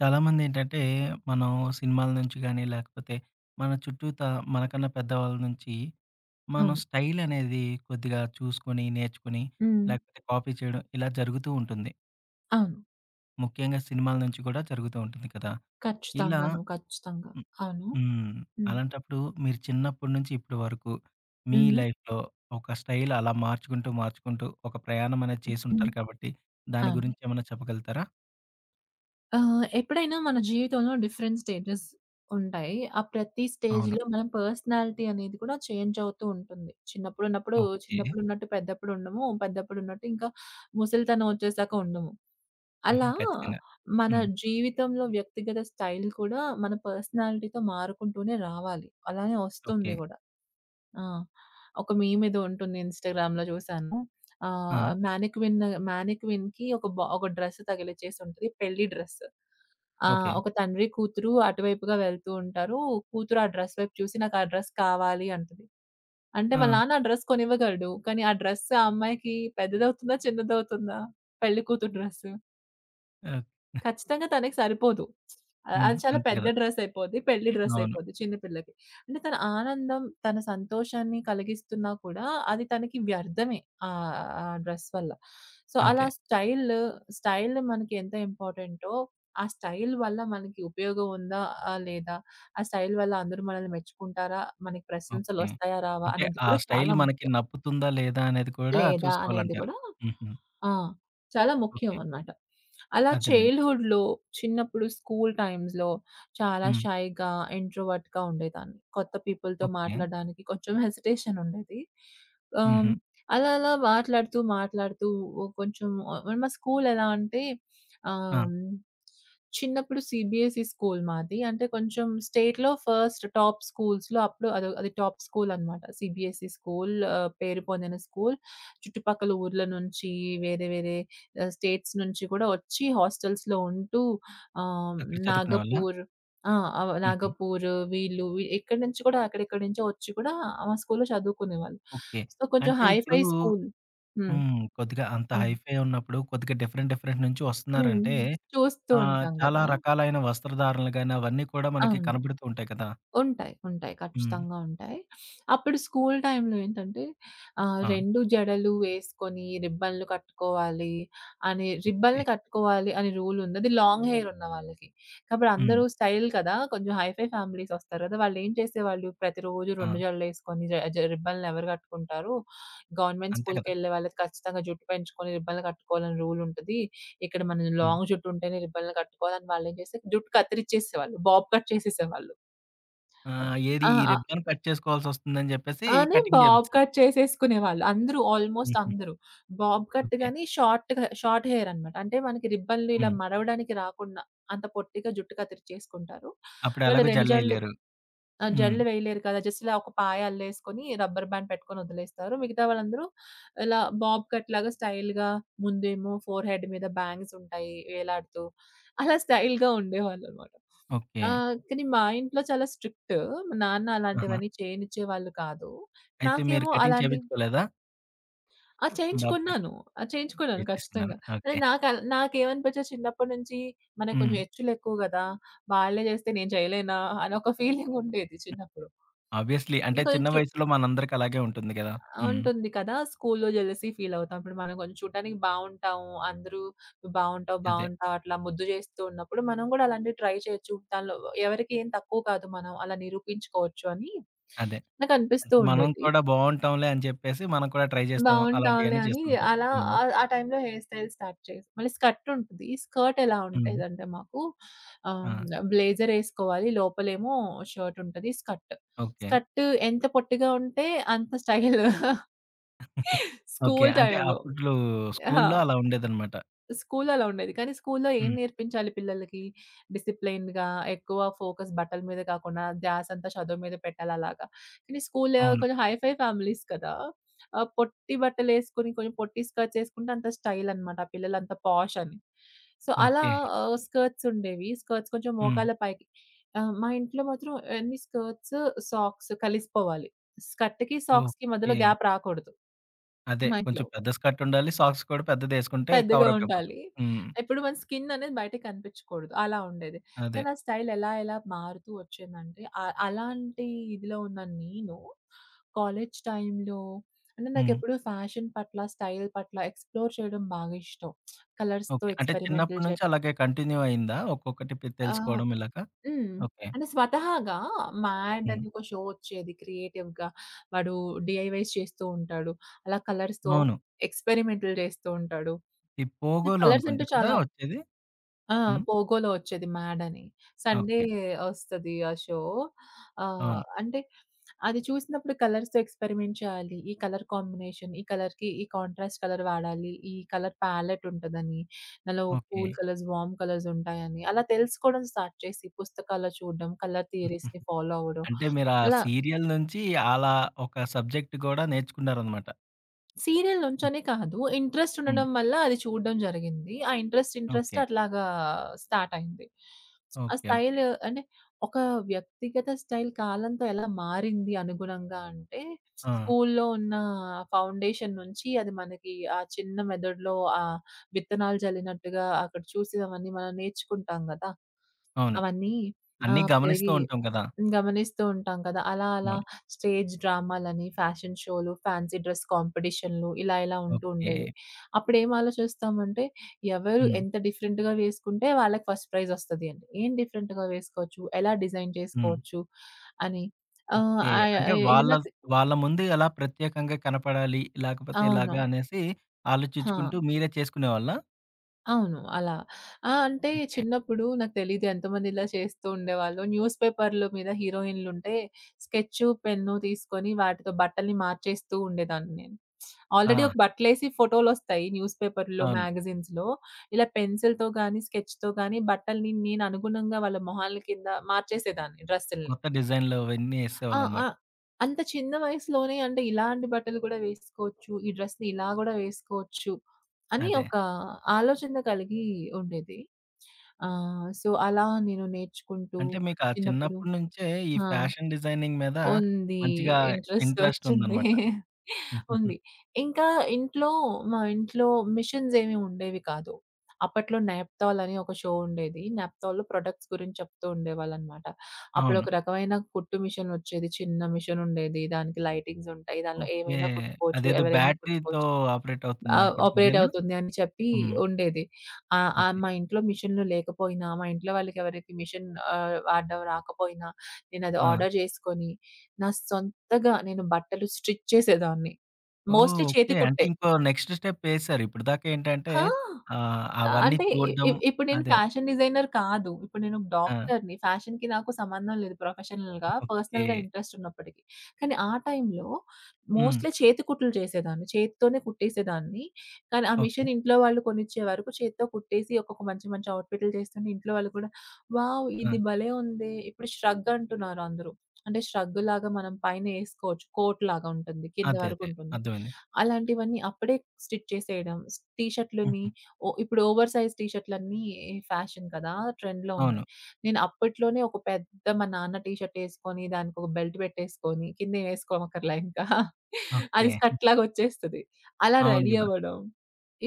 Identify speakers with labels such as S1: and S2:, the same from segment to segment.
S1: చాలామంది ఏంటంటే, మనం సినిమాల నుంచి గాని, లేకపోతే మన చుట్టూత మనకన్నా పెద్దవాళ్ళ నుంచి, మనం
S2: అవును.
S1: స్టైల్ అనేది కొద్దిగా చూసుకొని, నేర్చుకొని,
S2: హ్మ్.
S1: లేకపోతే కాపీ చేయడం ఇలా జరుగుతూ ఉంటుంది.
S2: అవును.
S1: ముఖ్యంగా సినిమాల నుంచి కూడా జరుగుతూ ఉంటుంది కదా! ఇలా
S2: ఖచ్చితంగాను. ఖచ్చితంగా.
S1: హ్మ్.
S2: అవును.
S1: హ్మ్.
S2: హ్మ్.
S1: అలాంటప్పుడు మీరు చిన్నప్పటి నుంచి ఇప్పటి వరకు, మీ
S2: హ్మ్.
S1: లైఫ్‌లో ఒక స్టైల్ అలా మార్చుకుంటూ, మార్చుకుంటూ ఒక ప్రయాణం అనేది
S2: హ్మ్.
S1: చేసుంటారు కాబట్టి, దాని
S2: అవును.
S1: గురించి ఏమైనా చెప్పగలుగుతారా?
S2: ఎప్పుడైనా మన జీవితంలో డిఫరెంట్ స్టేజెస్ ఉంటాయి. ఆ ప్రతి
S1: అవును.
S2: స్టేజ్‌లో మన పర్సనాలిటీ అనేది కూడా చేంజ్ అవుతూ ఉంటుంది.
S1: ఓకే.
S2: చిన్నప్పుడు ఉన్నట్టు పెద్దప్పుడు ఉండము. పెద్దప్పుడు ఉన్నట్టు ఇంకా ముసలితనం వచ్చేసాక ఉండము.
S1: హుహు.
S2: అలా
S1: ఖచ్చితంగా.
S2: మన
S1: హ్మ్.
S2: జీవితంలో వ్యక్తిగత స్టైల్ కూడా మన పర్సనాలిటీతో మారుకుంటూనే రావాలి. అలానే
S1: ఓకే.
S2: వస్తుంది కూడా. ఆ! ఒక మీమేదో ఉంటుంది ఇన్‌స్టాగ్రామ్‌లో చూసాను.
S1: ఆ!
S2: ఆహ్, మానిక్విన్ మానిక్విన్‌కి ఒక ఒక డ్రెస్ తగిలిచ్చేసి ఉంటది. పెళ్లి డ్రెస్.
S1: ఓకే.
S2: ఒక తండ్రి, కూతురు అటువైపుగా వెళ్తూ ఉంటారు. కూతురు ఆ డ్రెస్ వైపు చూసి నాకు ఆ డ్రెస్ కావాలి అంటది. అంటే వాళ్ళ
S1: ఆ!
S2: నాన్న ఆ డ్రెస్ కొనివ్వగలడు. కానీ ఆ డ్రెస్ ఆ అమ్మాయికి పెద్దదవుతుందా? చిన్నదవుతుందా? పెళ్లి కూతురు డ్రెస్.
S1: ఆహ్,
S2: ఖచ్చితంగా తనకి సరిపోదు.
S1: హ్మ్.
S2: అది చాలా
S1: అంతే
S2: పెద్ద
S1: కదా!
S2: డ్రెస్ అయిపోద్ది. పెళ్లి డ్రెస్
S1: అవును.
S2: అయిపోద్ది చిన్న పిల్లకి. అంటే తన ఆనందం, తన సంతోషాన్ని కలిగిస్తున్నా కూడా అది తనకి వ్యర్థమే ఆహ్, ఆ డ్రెస్ వల్ల. సో, అలా
S1: అదే.
S2: స్టైల్ మనకి ఎంత ఇంపార్టెంటో, ఆ స్టైల్ వల్ల మనకి ఉపయోగం ఉందా? లేదా? ఆ స్టైల్ వల్ల అందరూ మనల్ని మెచ్చుకుంటారా? మనకి
S1: ఓకే.
S2: ప్రశంసలొస్తాయా? రావా?
S1: అంటే
S2: అనేది
S1: ఆ
S2: కూడా
S1: స్టైల్
S2: చాలా
S1: మనకి
S2: ముఖ్యం.
S1: నప్పుతుందా లేదా అనేది కూడా
S2: లేదా అనేది
S1: చూసుకోవాలంటారు.
S2: గూడా
S1: హుహు.
S2: ఆ! చాలా ముఖ్యం
S1: ఓకే.
S2: అన్నమాట. అలా
S1: అదేనండి.
S2: చైల్డ్‌హుడ్‌లో చిన్నప్పుడు స్కూల్ టైమ్స్‌లో చాలా
S1: హ్మ్.
S2: షైగా, ఇంట్రోవర్ట్‌గా ఉండేదాన్ని. కొత్త పీపుల్‌తో
S1: ఓకే.
S2: మాట్లాడడానికి కొంచెం హెసిటేషన్ ఉండేది. ఆహ్,
S1: హుహు.
S2: అలా అలా మాట్లాడుతూ, మాట్లాడుతూ ఓ కొంచెం మా స్కూల్ ఎలా అంటే
S1: ఆ!
S2: ఆహ్, చిన్నప్పుడు సీబీఎస్ఈ స్కూల్ మాది. అంటే కొంచెం స్టేట్‌లో ఫస్ట్ టాప్ స్కూల్స్‌లో అప్పుడు అది టాప్ స్కూల్ అన్నమాట. సీబీఎస్ఈ స్కూల్, పేరు పొందిన స్కూల్. చుట్టుపక్కల ఊర్ల నుంచి, వేరే వేరే స్టేట్స్ నుంచి కూడా వచ్చి హాస్టల్స్‌లో ఉంటూ ఆహ్,
S1: అక్కడ చదువుకునేవాళ్ళా?
S2: నాగపూర్ ఆ! అవ
S1: హుహు.
S2: నాగపూర్ వీళ్ళు వి ఎక్కడి నుంచి కూడా అక్కడెక్కడి నుంచో వచ్చి కూడా మా స్కూల్‌లో చదువుకునేవాళ్ళు.
S1: ఓకే.
S2: సో, కొంచెం
S1: అంటే
S2: హై
S1: ఇప్పుడు
S2: ఫై స్కూల్. హ్మ్.
S1: హ్మ్. కొద్దిగా అంత
S2: హ్మ్.
S1: హైఫై ఉన్నప్పుడు కొద్దిగా డిఫరెంట్ డిఫరెంట్ నుంచి
S2: హ్మ్.
S1: వస్తున్నారంటే
S2: చూస్తూ
S1: ఆహ్,
S2: ఉంటాం
S1: చాలా
S2: గదా!
S1: రకాలైన వస్త్రధారణలు గాని అవన్నీ కూడా మనకి
S2: అవును.
S1: కనపడుతూ ఉంటాయి కదా!
S2: ఉంటాయి. ఉంటాయి.
S1: హ్మ్.
S2: ఖచ్చితంగా ఉంటాయి. అప్పుడు స్కూల్ టైమ్‌లో ఏంటంటే
S1: ఆ!
S2: 2 జడలు వేసుకొని రిబ్బన్‌లు కట్టుకోవాలి అని
S1: ఎ
S2: రూల్ ఉంది. అది లాంగ్ హెయిర్ ఉన్న వాళ్ళకి. కాబట్టి
S1: హ్మ్.
S2: అందరూ స్టైల్ కదా! కొంచెం హైఫై ఫ్యామిలీస్ వస్తారు కదా! వాళ్ళు ఏం చేసేవాళ్ళు ప్రతిరోజు
S1: ఆ!
S2: 2 జడలేసుకొని జ జ రిబ్బన్‌లు ఎవరు కట్టుకుంటారు? గవర్నమెంట్
S1: అంతే కదా!
S2: స్కూల్‌కెళ్ళే వాళ్ళకి ఖచ్చితంగా జుట్టు పెంచుకొని రిబ్బన్‌లు కట్టుకోవాలని రూల్ ఉంటది. ఇక్కడ మనం
S1: హ్మ్.
S2: లాంగ్ జుట్టు ఉంటేనే రిబ్బన్‌లు కట్టుకోవాలని వాళ్ళేం చేస్తే జుట్టు కత్తిరిచ్చేసేవాళ్ళు. Bob cut చేసేసేవాళ్ళు.
S1: ఆ! ఏది
S2: ఆ!
S1: ఈ
S2: ఆ!
S1: రిబ్బన్ కట్ చేసుకోవాల్సొస్తుందని జెప్పేసి
S2: అనే
S1: కటింగ్
S2: బాబ్
S1: జేపిచ్చారు.
S2: కట్ చేసేసుకునేవాళ్ళు. అందరూ ఆల్‌మోస్ట్
S1: హుహు.
S2: అందరూ. Bob cut
S1: okay.
S2: గాని షార్ట్‌గా షార్ట్ హెయిర్ అన్నమాట. అంటే మనకి రిబ్బన్‌లు ఇలా
S1: హ్మ్.
S2: మడవడానికి రాకుండా అంత పొట్టిగా జుట్టు కత్తిరిచేసుకుంటారు. వాళ్ళు
S1: అప్పుడెలాగో
S2: 2 జడలు
S1: జడలేయలేరు.
S2: ఆ!
S1: హ్మ్.
S2: జడలు వేయలేరు కదా! జస్ట్ ఇలా ఒక పాయ అల్లేసుకొని రబ్బర్ బ్యాండ్ పెట్టుకొని వదిలేస్తారు. మిగతా వాళ్ళందరూ ఇలా బాబ్ కట్ లాగా స్టైల్‌గా ముందేమో ఫోర్ హెడ్ మీద బ్యాంగ్స్ ఉంటాయి వేలాడుతూ. అలా స్టైల్‌గా ఉండేవాళ్ళనమాట.
S1: ఓకే.
S2: ఆ! కానీ మా ఇంట్లో చాలా స్ట్రిక్ట్. మా నాన్న
S1: ఆహా!
S2: అలాంటివన్నీ చేయనిచ్చేవాళ్ళు కాదు.
S1: అయితే మీరు
S2: నాకేమో
S1: కటింగ్
S2: అలాంటి
S1: చేపిచ్చుకోలేదా?
S2: ఆ!
S1: బాబు కటింగ్
S2: చేయించుకున్నాను. ఆ! చేయించుకున్నాను
S1: చేపిచ్చేసుకున్నారు.
S2: ఖచ్చితంగా. అంటే
S1: ఓకే.
S2: నాకు అల్ నాకేమనిపించేది చిన్నప్పటి నుంచి మనకు కొంచెం
S1: హ్మ్.
S2: హెచ్చులు ఎక్కువ గదా! వాళ్ళే చేస్తే నేను చేయలేనా? అని ఒక ఫీలింగ్ ఉండేది చిన్నప్పుడు.
S1: ఆబ్వియస్‌లీ
S2: అంటే
S1: అంటే
S2: కొంచెం
S1: చిన్న
S2: చు
S1: వయసులో మనందరికి అలాగే ఉంటుంది గదా! హ్మ్.
S2: ఉంటుంది కదా! స్కూల్లో జెలసీ ఫీల్ అవుతాం. ఇప్పుడు మనం కొంచెం చూడటానికి బావుంటాము. అందరూ బావుంటావు,
S1: అదే.
S2: బావుంటావు అట్లా ముద్దు జేస్తూ ఉన్నప్పుడు మనం గూడా అలాంటివి ట్రై చేయొచ్చు. దానిలో ఎవరికీ ఏం తక్కువ కాదు. మనం అలా నిరూపించుకోవచ్చు అని
S1: అదే. అంటే
S2: నాకనిపిస్తూ
S1: మనం
S2: ఉండేది.
S1: కూడా బావుంటాంలే అని చెప్పేసి మనం కూడా ట్రై జేస్తాం.
S2: బావుంటాంలే
S1: అలాంటియన్నీ
S2: అని
S1: చేస్తుంటారు.
S2: అలా
S1: హ్మ్.
S2: ఆ టైంలో హెయిర్ స్టైల్ స్టార్ట్ చేసా. మళ్ళీ స్కర్ట్ ఉంటుంది. స్కర్ట్ ఎలా
S1: హ్మ్.
S2: ఉంటదంటే మాకు ఆహ్,
S1: ఆ!
S2: బ్లేజర్ ఏసుకోవాలి. లోపలేమో షర్ట్ ఉంటది. స్కర్ట్.
S1: ఓకే.
S2: స్కర్ట్ ఎంత పొట్టిగా ఉంటే అంత స్టైల్.
S1: ఓకే.
S2: స్కూల్
S1: అంటే
S2: టైమ్‌లో.
S1: అప్పట్లో
S2: అహా!
S1: స్కూల్లో అలా ఉండేదనమాట.
S2: స్కూల్లో అలా ఉండేది. కానీ స్కూల్లో ఏం
S1: హ్మ్.
S2: నేర్పించాలి పిల్లలకి? డిసిప్లైన్‌గా ఎక్కువ ఫోకస్ బట్టల మీద కాకుండా ధ్యాసంతా చదువు మీద పెట్టాలి అలాగా. కానీ స్కూల్లో
S1: అవును.
S2: కొంచెం హైఫై ఫ్యామిలీస్ కదా! పొట్టి బట్టలేసుకొని కొంచెం పొట్టి స్కర్ట్స్ ఏసుకుంటే అంత స్టైల్ అనమాట. ఆ పిల్లలంతా పాష్ అని. సో, అలా
S1: ఓకే.
S2: స్కర్ట్స్ ఉండేవి. స్కర్ట్స్ కొంచెం
S1: హ్మ్.
S2: మోకాళ్ళ పైకి. మా ఇంట్లో మాత్రం అన్ని స్కర్ట్స్, సాక్స్ కలిసిపోవాలి. స్కర్ట్‌కి, సాక్స్‌కి
S1: ఓకే.
S2: మధ్యలో గ్యాప్ రాకూడదు
S1: అదే.
S2: మా
S1: కొంచెం
S2: ఇంట్లో.
S1: పెద్ద స్కర్టుండాలి. సాక్స్ కూడా పెద్దదేసుకుంటే
S2: పెద్దగా
S1: కవరప్ అయిపోతుంది.
S2: ఉండాలి.
S1: హ్మ్.
S2: ఎప్పుడు మన స్కిన్ అనేది బయటకి కనిపించకూడదు. అలా ఉండేది.
S1: అదే.
S2: కానీ ఆ స్టైల్ ఎలా ఎలా మారుతూ వచ్చిందంటే అలాంటి ఇదిలో ఉన్న నేను కాలేజ్ టైమ్‌లో అంటే
S1: హ్మ్.
S2: నాకెప్పుడు ఫ్యాషన్ పట్ల, స్టైల్ పట్ల ఎక్స్‌ప్లోర్ చేయడం బాగా ఇష్టం. కలర్స్‌తో
S1: ఓకే. అంటే చిన్నప్పటి
S2: ఎక్స్‌పెరిమెంటల్
S1: నుంచి
S2: చేయడం.
S1: అలాగే కంటిన్యూ అయిందా? ఒక్కొక్కటి
S2: ఆ!
S1: తెలుసుకోవడం ఇలాగా?
S2: హ్మ్.
S1: ఓకే.
S2: అంటే స్వతహాగా 'మ్యాడ్'
S1: హ్మ్.
S2: అని ఒక షో వచ్చేది క్రియేటివ్‌గా. వాడు డీఐవైస్ చేస్తూ ఉంటాడు. అలా కలర్స్‌తో
S1: అవును.
S2: ఎక్స్‌పెరిమెంటల్ చేస్తూ ఉంటాడు.
S1: ఈ
S2: నాకు
S1: పోగోలో
S2: కలర్స్
S1: అనుకుంటా
S2: అంటే
S1: కదా!
S2: చాలా
S1: వచ్చేది?
S2: ఆ!
S1: హ్మ్.
S2: పోగోలో వచ్చేది 'మ్యాడ్' అని. Sunday
S1: okay.
S2: వస్తది ఆ షో.
S1: అవును.
S2: అంటే అది చూసినప్పుడు కలర్స్‌తో ఎక్స్‌పెరిమెంట్ చేయాలి. ఈ కలర్ కాంబినేషన్, ఈ కలర్‌కి ఈ కాంట్రాస్ట్ కలర్ వాడాలి. ఈ కలర్ ప్యాలెట్ ఉంటదని. నాలో
S1: okay.
S2: Cool colours, warm colours ఉంటాయని. అలా తెలుసుకోవడం స్టార్ట్ చేసి పుస్తకాల్లో చూడడం, కలర్ థియరీస్‌ని ఫాలో అవ్వడం.
S1: అంటే మీరు ఆ
S2: అలా
S1: సీరియల్ నుంచి అలా ఒక సబ్జెక్ట్ గూడా నేర్చుకున్నారనమాట.
S2: సీరియల్
S1: హ్మ్.
S2: నుంచనే కాదు. ఇంట్రెస్ట్
S1: హ్మ్.
S2: ఉండడం వల్ల అది చూడడం జరిగింది. ఆ ఇంట్రెస్ట్
S1: ఓకే.
S2: అట్లాగా స్టార్ట్ అయింది. ఆ
S1: ఓకే. ఓకే.
S2: స్టైల్ అంటే ఒక వ్యక్తిగత స్టైల్ కాలంతో ఎలా మారింది అనుగుణంగా అంటే
S1: ఆ!
S2: స్కూల్లో ఉన్న ఫౌండేషన్ నుంచి అది మనకి ఆ చిన్న మెదడులో ఆ విత్తనాలు జల్లినట్టుగా అక్కడ చూసినవన్నీ మనం నేర్చుకుంటాం గదా!
S1: అవును.
S2: అవన్నీ ఆ!
S1: అన్నీ గమనిస్తూ
S2: పెరిగి
S1: ఉంటాం కదా!
S2: గమనిస్తూ ఉంటాం కదా! అలా అలా
S1: అవును.
S2: స్టేజ్ డ్రామాలని, ఫ్యాషన్ షోలు, ఫ్యాన్సీ డ్రెస్ కాంపిటీషన్‌లు ఇలా ఇలా ఉంటూ
S1: ఓకే.
S2: ఉండేవి. అప్పుడేం ఆలోచిస్తామంటే ఎవరు
S1: హ్మ్.
S2: ఎంత డిఫరెంట్‌గా వేసుకుంటే వాళ్ళకి ఫస్ట్ ప్రైజ్ వస్తది అని. ఏం డిఫరెంట్‌గా వేసుకోవచ్చు? ఎలా డిజైన్
S1: హ్మ్.
S2: చేసుకోవచ్చు? అని. ఆహ్,
S1: ఓకే.
S2: ఆహ్,
S1: అంటే
S2: ఇది
S1: వాళ్ళ
S2: నాకు
S1: వాళ్ళ ముందు ఎలా ప్రత్యేకంగా కనపడాలి, లేకపోతే
S2: అవును.
S1: ఇలాగా అనేసి
S2: ఆ!
S1: ఆలోచించుకుంటూ మీరే చేసుకునేవాళ్ళా?
S2: అవును. అలా. ఆ! అంటే
S1: ఓకే.
S2: చిన్నప్పుడు నాకు తెలీదు ఎంతమంది ఇలా చేస్తూ ఉండేవాళ్ళో. న్యూస్ పేపర్‌ల మీద హీరోయిన్‌లుంటే స్కెచు, పెన్ను తీసుకొని వాటితో బట్టల్ని మార్చేస్తూ ఉండేదాన్ని నేను. ఆల్రెడీ
S1: ఆ!
S2: ఒక బట్టలేసి ఫోటోలొస్తాయి న్యూస్ పేపర్‌లో,
S1: అవును.
S2: మ్యాగజైన్స్‌లో. ఇలా పెన్సిల్‌తో గానీ, స్కెచ్‌తో గానీ బట్టల్ని నేను అనుగుణంగా వాళ్ళ మొహాల కింద మార్చేసేదాన్ని డ్రెస్సుల్ని.
S1: కొత్త డిజైన్‌లు అవన్నీ
S2: ఆ! ఆ!
S1: ఎసేవాళ్ళనమాట.
S2: అంత చిన్న వయసులోనే అంటే ఇలాంటి బట్టలు కూడా వేసుకోవచ్చు. ఈ డ్రెస్‌ని ఇలా గూడా వేసుకోవచ్చు అని
S1: అదే.
S2: ఒక ఆలోచన కలిగి ఉండేది. సో, అలా నేను నేర్చుకుంటూ
S1: అంటే మీకు ఆ
S2: చిన్నప్పుడు
S1: చిన్నప్పటి నుంచే ఈ
S2: ఆ!
S1: ఫ్యాషన్ డిజైనింగ్ మీద
S2: ఉంది.
S1: మంచిగా
S2: ఇంట్రెస్ట్
S1: ఇంట్రెస్ట్
S2: ఒచ్చింది.
S1: ఉందనమాట.
S2: ఉంది. ఇంకా ఇంట్లో మా ఇంట్లో మిషన్స్ ఏమి ఉండేవి కాదు. అప్పట్లో 'నాప్తాల్' అని ఒక షో ఉండేది. 'నాప్తాల్‌లో' ప్రొడక్ట్స్ గురించి చెప్తూ ఉండేవాళ్ళనమాట. అప్పుడు
S1: అవును.
S2: ఒక రకమైన కుట్టు మిషన్ ఒచ్చేది. చిన్న మిషన్ ఉండేది. దానికి లైటింగ్స్ ఉంటాయి. దానిలో
S1: ఓకే.
S2: ఏమైనా కుట్టుకోవచ్చు.
S1: అదేదో
S2: ఎవరైనా
S1: బ్యాటరీతో
S2: కుట్టుకోవచ్చు.
S1: ఆపరేట్ అవుతుందనుకుంటా
S2: ఆపరేట్
S1: అదేనా?
S2: అవుతుంది అని చెప్పి
S1: హ్మ్.
S2: ఉండేది. ఆహ్, ఆహ్,
S1: ఓకే.
S2: మా ఇంట్లో మిషన్‌లు లేకపోయినా, మా ఇంట్లో వాళ్ళకి ఎవరికి మిషన్ వాడడం రాకపోయినా, నేనది ఆర్డర్
S1: ఆ!
S2: చేసుకొని, నా సొంతగా నేను బట్టలు స్టిచ్ చేసేదాన్ని.
S1: ఓహ్!
S2: Mostly
S1: okay.
S2: చేతి
S1: అంటే
S2: కుట్టే.
S1: ఇంకో నెక్స్ట్ స్టెప్ ఏసారు. ఇప్పటిదాకా ఏంటంటే
S2: ఆ!
S1: ఆహ్,
S2: ఆ!
S1: అవన్నీ
S2: అంటే
S1: చూడడం
S2: ఇప్పుడు నేను
S1: అదే.
S2: ఫ్యాషన్ డిజైనర్ కాదు. ఇప్పుడు నేను ఒక
S1: ఆ!
S2: డాక్టర్‌ని. ఫ్యాషన్‌కి నాకు సంబంధం లేదు ప్రొఫెషనల్‌గా.
S1: ఓకే.
S2: పర్సనల్‌గా ఇంట్రెస్ట్ ఉన్నప్పటికి. కానీ ఆ టైంలో
S1: హ్మ్.
S2: మోస్ట్‌లీ చేతి కుట్లు చేసేదాన్ని. చేత్తోనే కుట్టేసేదాన్ని. కానీ ఆ
S1: ఓకే.
S2: మిషన్ ఇంట్లో వాళ్ళు కొనిచ్చే వరకు చేత్తో కుట్టేసి ఒక్కొక్క మంచి మంచి అవుట్‌ఫిట్‌లు చేస్తుంటే ఇంట్లో వాళ్ళు కూడా వావ్!
S1: ఆ!
S2: ఇది భలే ఉందే! ఇప్పుడు ష్రగ్ అంటున్నారు అందరూ. అంటే ష్రగ్ లాగా మనం పైన ఏసుకోవచ్చు. కోట్ లాగా ఉంటుంది. కింద
S1: అదే.
S2: వరకు
S1: అదే.
S2: ఉంటుంది.
S1: అర్థమైంది.
S2: అలాంటివన్నీ అప్పుడే స్టిచ్ చేసేయడం. టీ షర్ట్‌లుని
S1: హుహు.
S2: ఓ ఇప్పుడు ఓవర్ సైజ్ టీ షర్ట్‌లన్నీ ఫ్యాషన్ కదా! ట్రెండ్‌లో
S1: అవును.
S2: ఉన్నాయి. నేను అప్పట్లోనే ఒక పెద్ద మా నాన్న టీ షర్ట్ ఏసుకొని, దానికొక బెల్ట్ పెట్టేసుకొని, కిందేం ఏసుకోమక్కర్లా ఇంకా.
S1: ఓకే.
S2: అది స్కర్ట్‌లాగా వచ్చేస్తది. అలా
S1: అవును
S2: రెడీ
S1: గదా!
S2: అవ్వడం,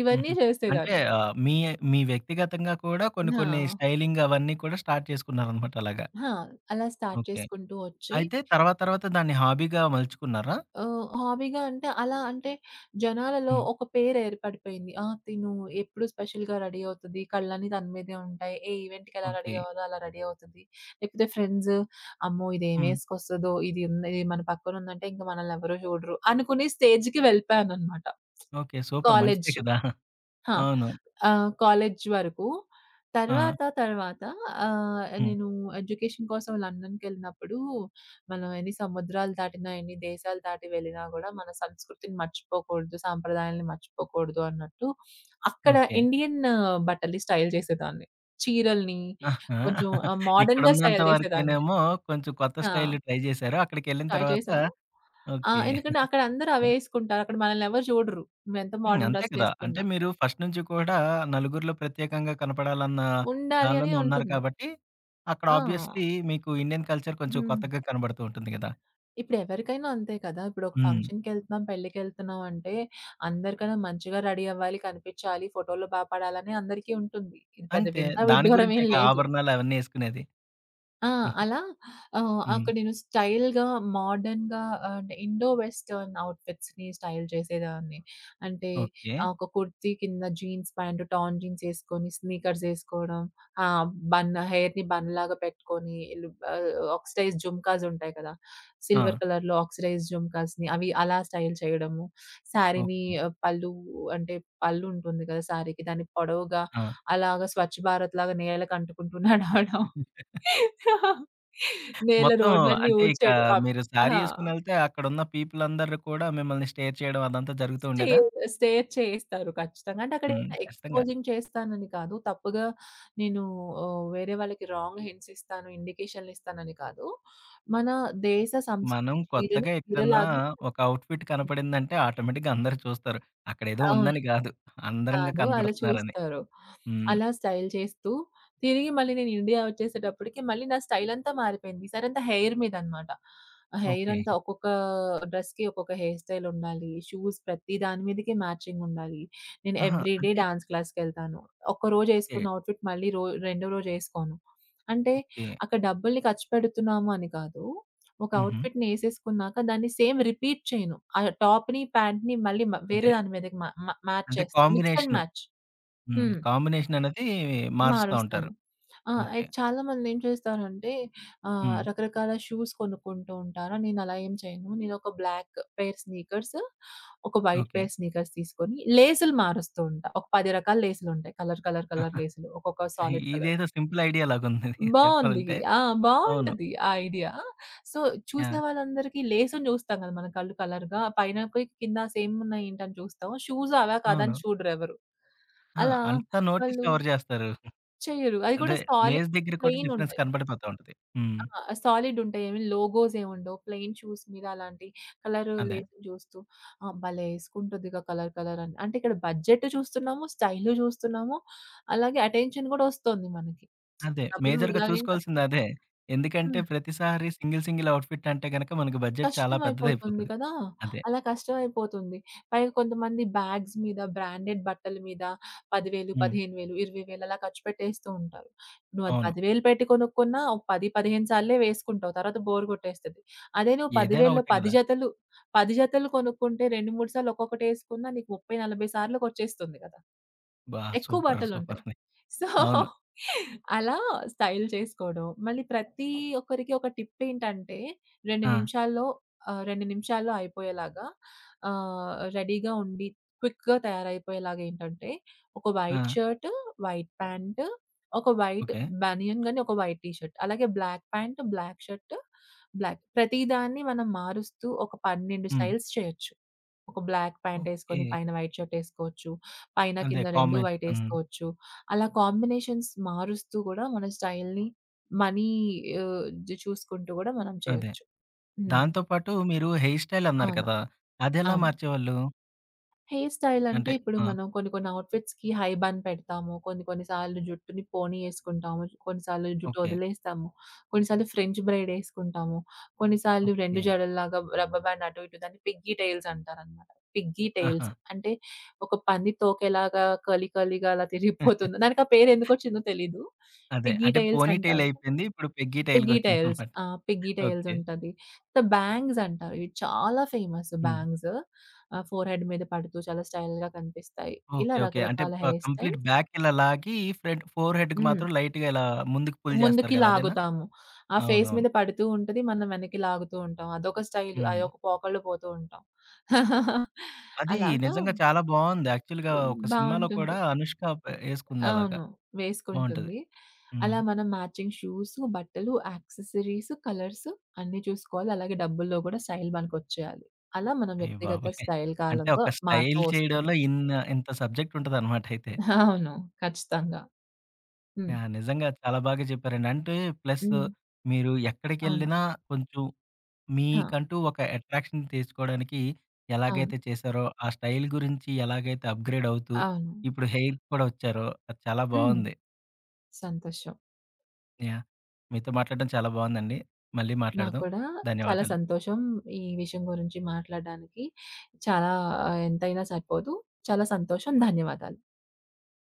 S2: ఇవన్నీ
S1: హుహు. అంటే
S2: చేసేదాన్ని.
S1: ఆహ్, మీ మీ వ్యక్తిగతంగా కూడా కొన్ని కొన్ని
S2: ఆ!
S1: స్టైలింగ్ అవన్నీ కూడా స్టార్ట్ చేసుకున్నారనమాట అలాగా.
S2: ఆ! అలా స్టార్ట్
S1: ఓకే.
S2: చేసుకుంటూ వచ్చి
S1: అయితే తర్వాత తర్వాత దాన్ని హాబీగా మలుచుకున్నారా?
S2: హాబీగా అంటే అలా అంటే జనాలలో
S1: హ్మ్.
S2: ఒక పేరేర్పడిపోయింది. ఆ! ఎప్పుడు స్పెషల్‌గా రెడీ అవుతది. కళ్ళన్నీ తన మీదే ఉంటాయి. ఏ ఈవెంట్‌కి ఎలా రెడీ
S1: ఓకే.
S2: అవ్వాలో అలా రెడీ అవుతది. లేకపోతే ఫ్రెండ్స్ అమ్మో!
S1: హ్మ్.
S2: ఇదేమేసుకొస్తదో ఇది ఉంది. ఇది మన పక్కన ఉందంటే ఇంక మనల్ని ఎవరు చూడరు అనుకుని స్టేజ్‌కి వెళ్ళిపోయాననమాట
S1: ఓకే. సూపర్ మంచిదే
S2: కాలేజ్.
S1: కదా!
S2: ఆ!
S1: అవును.
S2: కాలేజ్ వరకు.
S1: ఆ!
S2: తర్వాత, తర్వాత
S1: హ్మ్.
S2: నేను ఎడ్యుకేషన్ కోసం లండన్‌కెళ్ళినప్పుడు, మనం ఎన్ని సముద్రాలు దాటినా, ఎన్ని దేశాలు దాటి వెళ్ళినా గూడా, మన సంస్కృతిని మర్చిపోకూడదు, సాంప్రదాయాల్ని మర్చిపోకూడదు అన్నట్టు, అక్కడ
S1: ఓకే.
S2: ఇండియన్ బట్టలు స్టైల్ చేసేదాన్ని. చీరల్ని
S1: ఆహా!
S2: కొంచెం మోడర్న్‌గా
S1: ఇక్కడున్నంత
S2: స్టైల్ చేసేదాన్ని.
S1: వరకేనేమో కొంచెం కొత్త
S2: ఆ!
S1: స్టైల్ ట్రై జేశారు. అక్కడికెళ్ళిన
S2: ట్రై
S1: తర్వాత
S2: చేశా. ఆ!
S1: ఓకే.
S2: ఎందుకంటే అక్కడ అందరూ అవే యేసుకుంటారు. అక్కడ మనల్ని ఎవరు చూడరు. నువ్వెంత
S1: హ్మ్.
S2: మోడర్న్
S1: అంతే కదా! అంటే
S2: డ్రెస్‌లేసుకున్నా.
S1: మీరు ఫస్ట్ నుంచి కూడా నలుగురిలో ప్రత్యేకంగా కనపడాలన్న
S2: ఉండాలి అని
S1: దానిలోనే ఉన్నారు
S2: ఉంటుంది.
S1: కాబట్టి, అక్కడ
S2: ఆ!
S1: ఆబ్వియస్‌లీ మీకు ఇండియన్ కల్చర్ కొంచెం
S2: హ్మ్.
S1: కొత్తగా కనబడుతూ ఉంటుంది గదా!
S2: ఇప్పుడెవరికైనా అంతే కదా! ఇప్పుడొక
S1: హ్మ్.
S2: ఫంక్షన్‌కెళ్తున్నాం, పెళ్ళికెళ్తున్నాం అంటే అందరికన్నా మంచిగా రెడీ అవ్వాలి, కనిపించాలి, ఫోటోల్లో బా పడాలని అందరికీ ఉంటుంది. ఇది పెద్ద
S1: అంతే.
S2: వింత
S1: దాని
S2: విడ్డూరం ఏం
S1: గురించేగా
S2: లేదు.
S1: ఆభరణాలు అవన్నీ యేసుకునేది.
S2: ఆ! అలా
S1: హ్మ్.
S2: అక్కడ నేను స్టైల్‌గా, మోడర్న్‌గా అంటే ఇండో వెస్టర్న్ ఔట్‌ఫిట్స్‌ని స్టైల్ చేసేదాన్ని. అంటే
S1: ఓకే.
S2: ఒక కుర్తీ కింద జీన్స్ ప్యాంట్, టార్న్ జీన్స్ ఏసుకొని, స్నీకర్స్ ఏసుకోవడం, ఆహ్, బన్ హెయిర్‌ని బన్‌లాగా పెట్టుకొని, లు ఆహ్, ఆక్సిడైజ్ జుంకాస్ ఉంటాయి కదా!
S1: ఆ!
S2: సిల్వర్ కలర్‌లో ఆక్సిడైజ్ జుంకాస్‌ని అవి అలా స్టైల్ చేయడము. శారీని
S1: ఓకే.
S2: ఆహ్, పళ్ళు అంటే పళ్ళు ఉంటుంది కదా! శారీకి దాన్ని పొడవుగా
S1: ఆ!
S2: అలాగా స్వచ్ఛ భారత్‌లాగా నేలకు అంటుకుంటూ నడవడం. నేల
S1: మొత్తం
S2: రోడ్లన్నీ
S1: అంటే ఇక
S2: ఊడ్చేయడు.
S1: మీరు శారీ
S2: ఆ!
S1: యేసుకొనెళ్తే అక్కడున్న పీపుల్ అందరూ కూడా మిమ్మల్ని స్టేర్ చేయడం అదంతా జరుగుతూ ఉండేదా?
S2: స్టేర్ స్టేర్ చేయిస్తారు ఖచ్చితంగా. అంటే అక్కడ
S1: హ్మ్.
S2: ఏమైనా
S1: ఖచ్చితంగా.
S2: ఎక్స్పోజింగ్ చేస్తానని కాదు. తప్పుగా నేను వేరే వాళ్ళకి రాంగ్ హింట్స్ ఇస్తాను, ఇండికేషన్‌లు ఇస్తానని కాదు. మన దేశ
S1: మనం
S2: సంస్కృతి చీరని
S1: కొత్తగా ఎక్కడన్నా
S2: చీరలాగే
S1: ఒక అవుట్‌ఫిట్ కనపడిందంటే ఆటోమేటిక్‌గా అందరూ చూస్తారు. అక్కడేదో
S2: అవును.
S1: ఉందని గాదు. అందంగా
S2: కాదు. అలా
S1: కనపడుతున్నారని.
S2: చూస్తారు.
S1: హ్మ్.
S2: అలా స్టైల్ చేస్తూ, తిరిగి మళ్ళీ నేను ఇండియా వచ్చేసేటప్పటికి మళ్ళీ నా స్టైల్ అంతా మారిపోయింది. ఈసారంతా హెయిర్ మీదనమాట. Hair
S1: okay.
S2: అంతా ఒక్కొక్క డ్రెస్‌కి ఒక్కొక్క హెయిర్ స్టైల్ ఉండాలి. షూస్ ప్రతి దాని మీదకి మ్యాచింగ్ ఉండాలి. నేను
S1: ఆహా!
S2: ఎవ్రీడే
S1: అంటే
S2: డాన్స్ క్లాస్‌కెళ్తాను. ఒక్కరోజు
S1: ఓకే.
S2: ఏసుకున్న అవుట్‌ఫిట్ మళ్ళీ రెండో రోజు ఏసుకోను. అంటే
S1: ఓకే.
S2: అక్కడ డబ్బుల్ని ఖర్చు పెడుతున్నాము అని కాదు. ఒక
S1: హుహు.
S2: అవుట్‌ఫిట్‌ని ఏసేసుకున్నాక దాన్ని సేమ్ రిపీట్ చేయను. ఆ టాప్‌ని, ప్యాంట్‌ని మళ్ళీ
S1: అదే.
S2: వేరే దాని మీదకి మ మ మ్యాచ్
S1: అంటే
S2: చేస్తా. Mix and
S1: combination.
S2: మ్యాచ్.
S1: హ్మ్.
S2: హ్మ్.
S1: కాంబినేషన్ అనేది మారుస్తా
S2: మారుస్తాను.
S1: ఉంటారు.
S2: ఆ! అయి
S1: ఓకే.
S2: చాలామందేం చేస్తారంటే
S1: హ్మ్.
S2: రకరకాల షూస్ కొనుక్కుంటూ ఉంటారు. నేనలా ఏం చేయను. నేనొక బ్లాక్ పెయిర్ స్నీకర్స్, ఒక వైట్
S1: ఓకే.
S2: పెయిర్ స్నీకర్స్ తీసుకొని లేసులు మారుస్తూ ఉంటా. ఒక 10 రకాల లేసులుంటాయి. కలర్, కలర్, కలర్ లేసులు. ఒక్కొక్క సాలిడ్ కలర్.
S1: ఇదేదో సింపుల్ ఐడియా లాగుంది
S2: బావుంది.
S1: చెప్పాలంటే.
S2: ఆ!
S1: అవును.
S2: బావుంటది ఆ ఐడియా. సో, చూసిన
S1: యాహ్!
S2: వాళ్ళందరికీ లేసుని చూస్తాం కదా! మన కళ్ళు కలర్‌గా పైనకి, కింద సేమున్నాయేంటని చూస్తాం. షూస్ అవా కాదా
S1: అవును.
S2: అని చూడరెవరు.
S1: ఆ!
S2: అలా
S1: అంత నోటీస్
S2: వాళ్ళు
S1: ఎవరు జేస్తారు?
S2: చెయ్యరు. అది కూడా
S1: అదే
S2: సాలిడ్
S1: లేస్ దగ్గర కూడా
S2: ప్లెయిన్
S1: డిఫరెన్స్
S2: ఉంటాయి.
S1: కనపడిపోతా ఉంటది. హ్మ్.
S2: ఆ! సాలిడ్ ఉంటాయి. ఏమి లోగోస్ ఏముండవు. ప్లెయిన్ షూస్ మీద అలాంటి కలర్
S1: అదే.
S2: లేసులు చూస్తూ ఆ! భలే ఏసుకుంటుందిగా కలర్ కలర్ అని. అంటే ఇక్కడ బడ్జెట్ చూస్తున్నాము, స్టైలు చూస్తున్నాము, అలాగే అటెన్షన్ కూడా వస్తుంది మనకి.
S1: అదే.
S2: డబ్బులు
S1: మేజర్‌గా
S2: వృధాగా ఏం ఖర్చు పెట్
S1: చూసుకోవాల్సిందదే. ఎందుకంటే
S2: హ్మ్.
S1: ప్రతిసారి సింగిల్, సింగిల్ అవుట్‌ఫిట్ అంటే గనక మనకి బడ్జెట్ చాలా
S2: కష్టమైపోతుంది
S1: పెద్దదయిపోతది.
S2: కదా!
S1: అదే.
S2: అలా కష్టమైపోతుంది. పైగా కొంతమంది బ్యాగ్స్ మీద, బ్రాండెడ్ బట్టల మీద 10,000,
S1: హ్మ్.
S2: 15,000, 20,000 అలా ఖర్చు పెట్టేస్తూ ఉంటారు. నువ్వు అది
S1: అవును.
S2: 10,000 పెట్టి కొనుక్కున్నా ఒక 10, 15 సార్లే వేసుకుంటావు. తర్వాత బోర్ కొట్టేస్తది. అదే నువ్వు
S1: ఏదైనా
S2: 10,000లో
S1: ఒకటే
S2: 10
S1: గదా!
S2: జతలు, 10 జతలు కొనుక్కుంటే 2, 3 సార్లు ఒక్కొక్కటి ఏసుకున్నా నీకు 30, 40 సార్లకొచ్చేస్తుంది కదా!
S1: అబ్బా!
S2: ఎక్కువ
S1: సూపర్. సూపర్.
S2: బట్టలుంటాయి. సో,
S1: అవును.
S2: అలా స్టైల్ చేసుకోవడం. మళ్ళీ ప్రతి ఒక్కరికి ఒక టిప్ ఏంటంటే 2
S1: ఆ!
S2: నిమిషాల్లో ఆహ్, 2 నిమిషాల్లో అయిపోయేలాగా రెడీగా ఉండి క్విక్‌గా తయారైపోయేలాగా ఏంటంటే, ఒక
S1: ఆ!
S2: వైట్ షర్ట్, వైట్ ప్యాంట్, ఒక వైట్
S1: ఓకే.
S2: బనియన్ గాని, ఒక వైట్ టీ షర్ట్. అలాగే black pant, black shirt, black ప్రతిదాన్ని మనం మారుస్తూ ఒక 12
S1: హ్మ్.
S2: స్టైల్స్ చేయొచ్చు. ఒక బ్లాక్ ప్యాంట్
S1: ఓకే.
S2: ఏసుకొని పైన వైట్ షర్ట్ ఏసుకోవచ్చు. పైన
S1: అదే
S2: కింద 2
S1: కాంబినేషన్.
S2: వైట్
S1: హ్మ్.
S2: ఏసుకోవచ్చు. అలా కాంబినేషన్స్ మారుస్తూ గూడా మన స్టైల్‌ని మనీ ఆహ్, జ చూసుకుంటూ గూడా మనం
S1: అదే.
S2: చేయొచ్చు. హ్మ్.
S1: దాంతో పాటు మీరు హెయిర్ స్టైల్ అన్నారు
S2: అవును.
S1: కదా! అదెలా
S2: అవును.
S1: మార్చేవాళ్ళు?
S2: హెయిర్ స్టైల్ అంటే
S1: అంటే
S2: ఇప్పుడు
S1: ఆ!
S2: మనం కొన్ని కొన్ని ఔట్‌ఫిట్స్‌కి హై బన్ పెడతాము. కొన్ని కొన్ని సార్లు జుట్టుని పోనీ యేసుకుంటాము. కొన్ని సార్లు జుట్టు
S1: ఓకే.
S2: వదిలేస్తాము. కొన్ని సార్లు ఫ్రెంచ్ బ్రైడ్ యేసుకుంటాము. కొన్ని సార్లు
S1: ఓకే.
S2: 2 జడల్లాగా రబ్బర్ బ్యాండ్ అటు ఇటు దాన్ని పిగ్గీ టైల్స్ అంటారనమాట. పిగ్గీ
S1: ఆహా!
S2: టైల్స్ అంటే ఒక పంది తోక ఎలాగా కర్లీ కర్లీగా అలా తిరిగిపోతుందో దానికి ఆ పేరెందుకొచ్చిందో తెలీదు.
S1: అదే.
S2: పిగ్గీ
S1: అంటే
S2: టైల్స్
S1: పోనీ టెయిల్
S2: అంటారు.
S1: అయిపోయింది. ఇప్పుడు పెగ్గీ
S2: పిగ్గీ టైల్స్.
S1: టెయిల్‌గొచ్చిందనమాట.
S2: ఆ! Piggy tails
S1: okay.
S2: ఉంటది. బ్యాంగ్స్ అంటారు. ఇవి చాలా ఫేమస్
S1: హ్మ్.
S2: బ్యాంగ్స్. ఫోర్‌హెడ్ మీద పడుతూ చాలా స్టైల్‌గా కనిపిస్తాయి.
S1: ఓకే.
S2: ఇలా
S1: ఓకే. అంటే
S2: రకరకాల
S1: ఆహ్,
S2: హెయిర్
S1: కంప్లీట్
S2: స్టైల్స్
S1: బ్యాక్ ఇలా లాగి ఫ్రంట్ ఫోర్ హెడ్‌కి
S2: హ్మ్.
S1: మాత్రం లైట్‌గా ఇలా ముందుకు పుల్ జేస్తారు
S2: ముందుకి
S1: గదా! అదేనా?
S2: లాగుతాము. ఆ ఫేస్
S1: అవునవును.
S2: మీద పడుతూ ఉంటది. మనం వెనక్కి లాగుతూ ఉంటాం. అదొక స్టైలు.
S1: హ్మ్.
S2: అదొక పోకడలో పోతూ ఉంటాం.
S1: అది
S2: అలాగా
S1: నిజంగా చాలా బావుంది. యాక్చువల్‌గా ఒక సినిమాలో కూడా
S2: బావుంటుంది.
S1: అనుష్క యేసుకుందలాగా.
S2: అవును.
S1: బావుంటది.
S2: వేసుకుంటుంది.
S1: హ్మ్.
S2: అలా మనం మ్యాచింగ్ షూస్, బట్టలు, యాక్సెసరీస్, కలర్స్ అన్నీ చూసుకోవాలి. అలాగే డబ్బుల్లో గూడా స్టైల్ మనకొచ్చేయాలి. అలా మనం
S1: అయ్య
S2: వ్యక్తిగత
S1: బాబోయ్!
S2: స్టైల్
S1: అంటే
S2: కాలంతో
S1: ఒక స్టైల్
S2: మారుతూ వస్తుంది.
S1: చేయడంలో ఇంత సబ్జెక్ట్ ఉంటదనమాట అయితే.
S2: అవును. ఖచ్చితంగా.
S1: ఆ!
S2: హ్మ్.
S1: నిజంగా చాలా బాగా చెప్పారండి. అంటే ప్లస్
S2: హ్మ్.
S1: మీరు
S2: అవును.
S1: ఎక్కడికెళ్ళినా కొంచెం
S2: ఆ!
S1: మీకంటూ ఒక అట్రాక్షన్ తెచ్చుకోవడానికి
S2: అవును.
S1: ఎలాగైతే చేశారో, ఆ స్టైల్ గురించి ఎలాగైతే అప్‌గ్రేడ్ అవుతూ
S2: అవును.
S1: ఇప్పుడు హెయిర్ కూడా వచ్చారో అది చాలా
S2: హ్మ్.
S1: బావుంది.
S2: సంతోషం.
S1: యాహ్! మీతో మాట్లాడడం చాలా బావుందండి. మళ్ళీ
S2: నాకు
S1: మాట్లాడదాం.
S2: కూడా చాలా
S1: ధన్యవాదాలు.
S2: సంతోషం. ఈ విషయం గురించి మాట్లాడడానికి చాలా ఆ, ఎంతైనా సరిపోదు. చాలా సంతోషం. ధన్యవాదాలు.